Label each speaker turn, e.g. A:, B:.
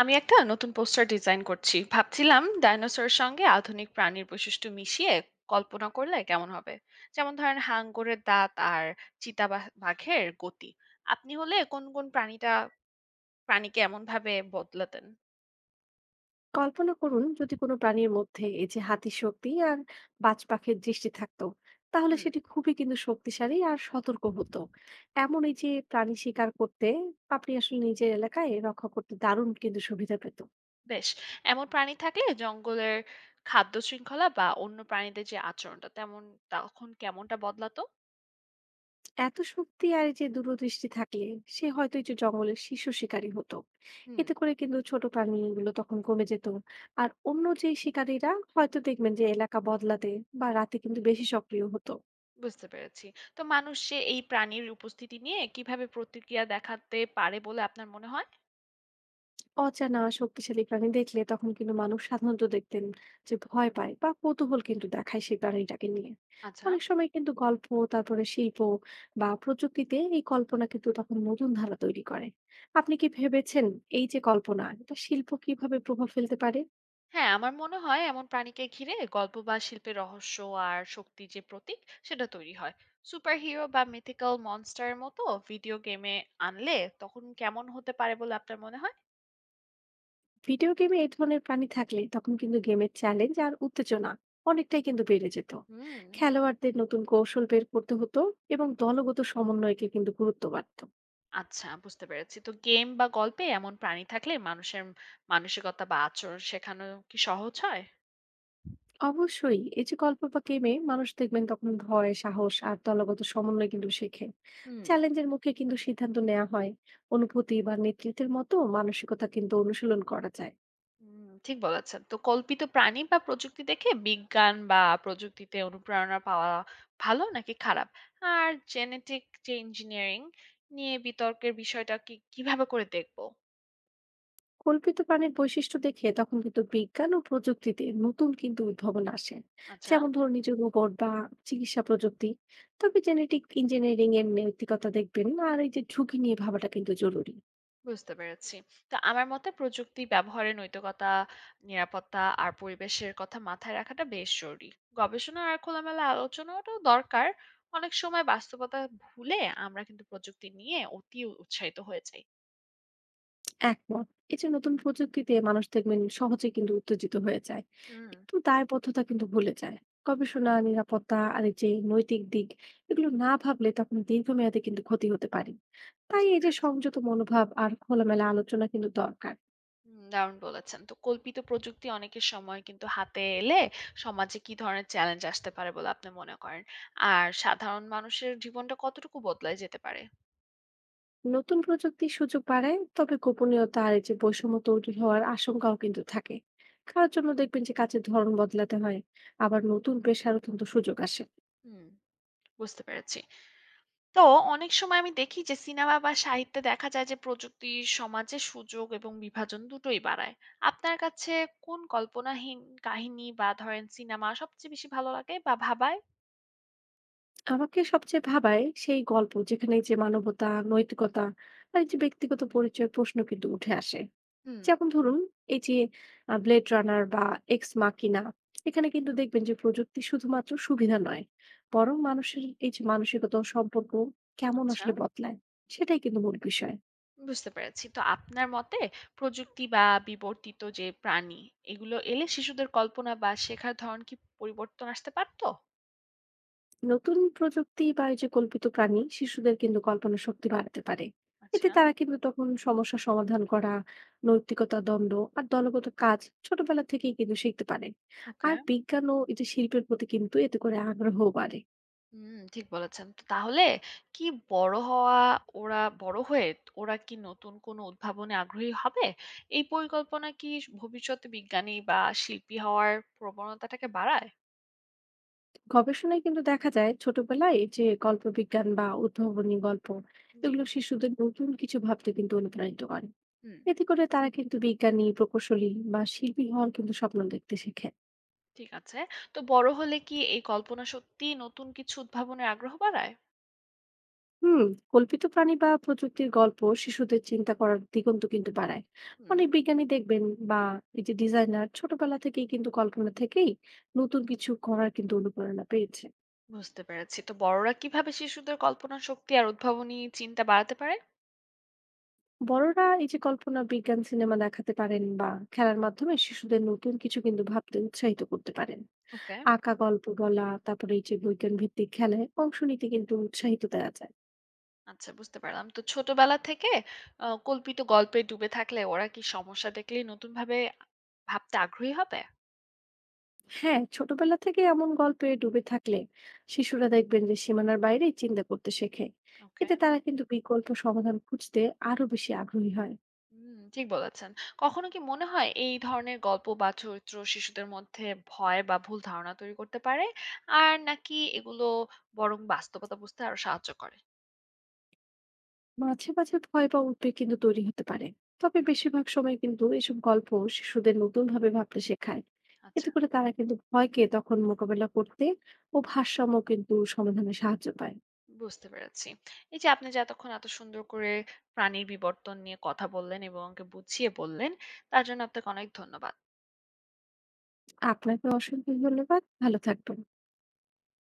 A: আমি একটা নতুন পোস্টার ডিজাইন করছি, ভাবছিলাম ডাইনোসরের সঙ্গে আধুনিক প্রাণীর বৈশিষ্ট্য মিশিয়ে কল্পনা করলে কেমন হবে। যেমন ধরেন হাঙ্গরের দাঁত আর চিতা বা বাঘের গতি। আপনি হলে কোন কোন প্রাণীটা প্রাণীকে এমন ভাবে বদলাতেন?
B: কল্পনা করুন যদি কোনো প্রাণীর মধ্যে এই যে হাতির শক্তি আর বাজ পাখির দৃষ্টি থাকতো। তাহলে
A: হুম।
B: সেটি খুবই কিন্তু শক্তিশালী আর সতর্ক হতো। এমন এই যে প্রাণী শিকার করতে আপনি আসলে নিজের এলাকায় রক্ষা করতে দারুণ কিন্তু সুবিধা পেত।
A: বেশ। এমন প্রাণী থাকলে জঙ্গলের খাদ্য শৃঙ্খলা বা অন্য প্রাণীদের যে আচরণটা তেমন, তখন কেমনটা বদলাতো?
B: এত শক্তি আর এই যে দূরদৃষ্টি থাকলে সে হয়তো এই যে জঙ্গলের শীর্ষ শিকারী হতো।
A: হুম,
B: এতে করে কিন্তু ছোট প্রাণীগুলো তখন কমে যেত। আর অন্য যে শিকারীরা হয়তো দেখবেন যে এলাকা বদলাতে বা রাতে কিন্তু বেশি সক্রিয় হতো।
A: বুঝতে পেরেছি। তো মানুষ সে এই প্রাণীর উপস্থিতি নিয়ে কিভাবে প্রতিক্রিয়া দেখাতে পারে বলে আপনার মনে হয়?
B: অজানা শক্তিশালী প্রাণী দেখলে তখন কিন্তু মানুষ সাধারণত দেখতেন যে ভয় পায় বা কৌতূহল কিন্তু দেখায় সেই প্রাণীটাকে নিয়ে।
A: আচ্ছা।
B: অনেক সময় কিন্তু গল্প, তারপরে শিল্প বা প্রযুক্তিতে এই কল্পনা কিন্তু তখন নতুন ধারা তৈরি করে। আপনি কি ভেবেছেন এই যে কল্পনা এটা শিল্প কিভাবে প্রভাব ফেলতে পারে?
A: হ্যাঁ, আমার মনে হয় এমন প্রাণীকে ঘিরে গল্প বা শিল্পের রহস্য আর শক্তি যে প্রতীক, সেটা তৈরি হয় সুপারহিরো বা মিথিক্যাল মনস্টারের মতো। ভিডিও গেমে আনলে তখন কেমন হতে পারে বলে আপনার মনে হয়?
B: ভিডিও গেমে এই ধরনের প্রাণী থাকলে তখন কিন্তু গেমের চ্যালেঞ্জ আর উত্তেজনা অনেকটাই কিন্তু বেড়ে যেত।
A: হুম,
B: খেলোয়াড়দের নতুন কৌশল বের করতে হতো এবং দলগত সমন্বয়কে কিন্তু গুরুত্ব বাড়ত।
A: আচ্ছা, বুঝতে পেরেছি। তো গেম বা গল্পে এমন প্রাণী থাকলে মানুষের মানসিকতা বা আচরণ শেখানো কি সহজ হয়?
B: অবশ্যই এই যে গল্প বা গেমে মানুষ দেখবেন তখন ভয়, সাহস আর দলগত সমন্বয় কিন্তু শেখে।
A: হুম।
B: চ্যালেঞ্জের মুখে কিন্তু সিদ্ধান্ত নেওয়া হয়, অনুভূতি বা নেতৃত্বের মতো মানসিকতা কিন্তু অনুশীলন করা যায়।
A: হুম, ঠিক বলেছেন। তো কল্পিত প্রাণী বা প্রযুক্তি দেখে বিজ্ঞান বা প্রযুক্তিতে অনুপ্রেরণা পাওয়া ভালো নাকি খারাপ? আর জেনেটিক যে ইঞ্জিনিয়ারিং নিয়ে বিতর্কের বিষয়টা কি কিভাবে করে দেখবো?
B: কল্পিত প্রাণীর বৈশিষ্ট্য দেখে তখন কিন্তু বিজ্ঞান ও প্রযুক্তিতে নতুন কিন্তু উদ্ভাবন আসে।
A: আচ্ছা,
B: যেমন ধরুন এই যে রোবট বা চিকিৎসা প্রযুক্তি। তবে জেনেটিক ইঞ্জিনিয়ারিং এর নৈতিকতা দেখবেন আর এই যে ঝুঁকি নিয়ে ভাবাটা কিন্তু জরুরি।
A: বুঝতে পেরেছি। তো আমার মতে প্রযুক্তি ব্যবহারের নৈতিকতা, নিরাপত্তা আর পরিবেশের কথা মাথায় রাখাটা বেশ জরুরি। গবেষণা আর খোলামেলা আলোচনাটাও দরকার। অনেক সময় বাস্তবতা ভুলে আমরা কিন্তু প্রযুক্তি নিয়ে অতি উৎসাহিত হয়ে যাই।
B: একমত। এই যে নতুন প্রযুক্তিতে মানুষ দেখবেন সহজে কিন্তু উত্তেজিত হয়ে যায়।
A: হুম,
B: কিন্তু দায়বদ্ধতা কিন্তু ভুলে যায়। গবেষণা, নিরাপত্তা আর এই যে নৈতিক দিক এগুলো না ভাবলে তখন দীর্ঘমেয়াদে কিন্তু ক্ষতি হতে পারে। তাই
A: বুঝতে
B: এই যে
A: পেরেছি।
B: সংযত মনোভাব আর খোলামেলা আলোচনা কিন্তু দরকার।
A: হুম, দারুণ বলেছেন। তো কল্পিত প্রযুক্তি অনেকের সময় কিন্তু হাতে এলে সমাজে কি ধরনের চ্যালেঞ্জ আসতে পারে বলে আপনি মনে করেন? আর সাধারণ মানুষের জীবনটা কতটুকু বদলায় যেতে পারে?
B: নতুন প্রযুক্তির সুযোগ বাড়ায় তবে গোপনীয়তা আর এই যে বৈষম্য তৈরি হওয়ার আশঙ্কাও কিন্তু থাকে। কারোর জন্য দেখবেন যে কাজের ধরন বদলাতে হয়। আবার নতুন পেশারও কিন্তু সুযোগ আসে।
A: হুম, বুঝতে পেরেছি। তো অনেক সময় আমি দেখি যে সিনেমা বা সাহিত্যে দেখা যায় যে প্রযুক্তি সমাজে সুযোগ এবং বিভাজন দুটোই বাড়ায়। আপনার কাছে কোন কল্পনাহীন কাহিনী বা ধরেন সিনেমা সবচেয়ে বেশি ভালো লাগে বা ভাবায়?
B: আমাকে সবচেয়ে ভাবায় সেই গল্প যেখানে এই যে মানবতা, নৈতিকতা আর এই যে ব্যক্তিগত পরিচয়ের প্রশ্ন কিন্তু উঠে আসে।
A: হুম,
B: যেমন ধরুন এই যে ব্লেড রানার বা এক্স মাকিনা। এখানে কিন্তু দেখবেন যে প্রযুক্তি শুধুমাত্র সুবিধা নয়, বরং মানুষের এই যে মানসিকতা ও সম্পর্ক কেমন
A: আচ্ছা,
B: আসলে বদলায়, সেটাই কিন্তু মূল বিষয়।
A: বুঝতে পেরেছি। তো আপনার মতে প্রযুক্তি বা বিবর্তিত যে প্রাণী এগুলো এলে শিশুদের কল্পনা বা শেখার ধরন কি পরিবর্তন আসতে পারতো?
B: নতুন প্রযুক্তি বা এই যে কল্পিত প্রাণী শিশুদের কিন্তু কল্পনা শক্তি বাড়তে পারে। এতে
A: আচ্ছা,
B: তারা কিন্তু তখন সমস্যা সমাধান করা, নৈতিকতা দ্বন্দ্ব আর দলগত কাজ ছোটবেলা থেকেই কিন্তু শিখতে পারে।
A: ওকে।
B: আর বিজ্ঞান ও এই যে শিল্পের প্রতি কিন্তু এতে করে আগ্রহ বাড়ে।
A: হুম, ঠিক বলেছেন। তো তাহলে কি বড় হওয়া ওরা বড় হয়ে ওরা কি নতুন কোনো উদ্ভাবনে আগ্রহী হবে? এই পরিকল্পনা কি ভবিষ্যতে বিজ্ঞানী বা শিল্পী হওয়ার প্রবণতাটাকে বাড়ায়?
B: গবেষণায় কিন্তু দেখা যায় ছোটবেলায় এই যে কল্পবিজ্ঞান বা উদ্ভাবনী গল্প
A: জি।
B: এগুলো শিশুদের নতুন কিছু ভাবতে কিন্তু অনুপ্রাণিত করে।
A: হুম,
B: এতে করে তারা কিন্তু বিজ্ঞানী, প্রকৌশলী বা শিল্পী হওয়ার কিন্তু স্বপ্ন দেখতে শেখে।
A: ঠিক আছে। তো বড় হলে কি এই কল্পনা সত্যিই নতুন কিছু উদ্ভাবনের আগ্রহ বাড়ায়?
B: হুম। কল্পিত প্রাণী বা প্রযুক্তির গল্প শিশুদের চিন্তা করার দিগন্ত কিন্তু বাড়ায়।
A: হুম,
B: অনেক বিজ্ঞানী দেখবেন বা এই যে ডিজাইনার ছোটবেলা থেকেই কিন্তু কল্পনা থেকেই নতুন কিছু করার কিন্তু অনুপ্রেরণা পেয়েছে।
A: বুঝতে পেরেছি। তো বড়রা কিভাবে শিশুদের কল্পনা শক্তি আর উদ্ভাবনী চিন্তা বাড়াতে পারে?
B: বড়রা এই যে কল্পনা বিজ্ঞান সিনেমা দেখাতে পারেন বা খেলার মাধ্যমে শিশুদের নতুন কিছু কিন্তু ভাবতে উৎসাহিত করতে পারেন।
A: ওকে,
B: আঁকা, গল্প বলা, তারপরে এই যে বিজ্ঞান ভিত্তিক খেলায় অংশ নিতে কিন্তু উৎসাহিত দেওয়া যায়।
A: আচ্ছা, বুঝতে পারলাম। তো ছোটবেলা থেকে কল্পিত গল্পে ডুবে থাকলে ওরা কি সমস্যা দেখলেই নতুনভাবে ভাবতে আগ্রহী হবে?
B: হ্যাঁ, ছোটবেলা থেকে এমন গল্পে ডুবে থাকলে শিশুরা দেখবেন যে সীমানার বাইরে চিন্তা করতে শেখে।
A: ওকে,
B: এতে তারা কিন্তু বিকল্প সমাধান খুঁজতে আরো বেশি আগ্রহী হয়।
A: হুম, ঠিক বলেছেন। কখনো কি মনে হয় এই ধরনের গল্প বা চরিত্র শিশুদের মধ্যে ভয় বা ভুল ধারণা তৈরি করতে পারে? আর নাকি এগুলো বরং বাস্তবতা বুঝতে আরো সাহায্য করে?
B: মাঝে মাঝে ভয় বা উদ্বেগ কিন্তু তৈরি হতে পারে, তবে
A: হুম,
B: বেশিরভাগ সময় কিন্তু এসব গল্প শিশুদের নতুন ভাবে ভাবতে শেখায়। এতে
A: আচ্ছা,
B: করে তারা কিন্তু ভয়কে তখন মোকাবেলা করতে ও ভারসাম্য কিন্তু সমাধানে সাহায্য পায়।
A: বুঝতে পেরেছি। এই যে আপনি যে এতক্ষণ এত সুন্দর করে প্রাণীর বিবর্তন নিয়ে কথা বললেন এবং আমাকে বুঝিয়ে বললেন, তার জন্য আপনাকে অনেক ধন্যবাদ।
B: আপনাকে অসংখ্য ধন্যবাদ, ভালো থাকবেন।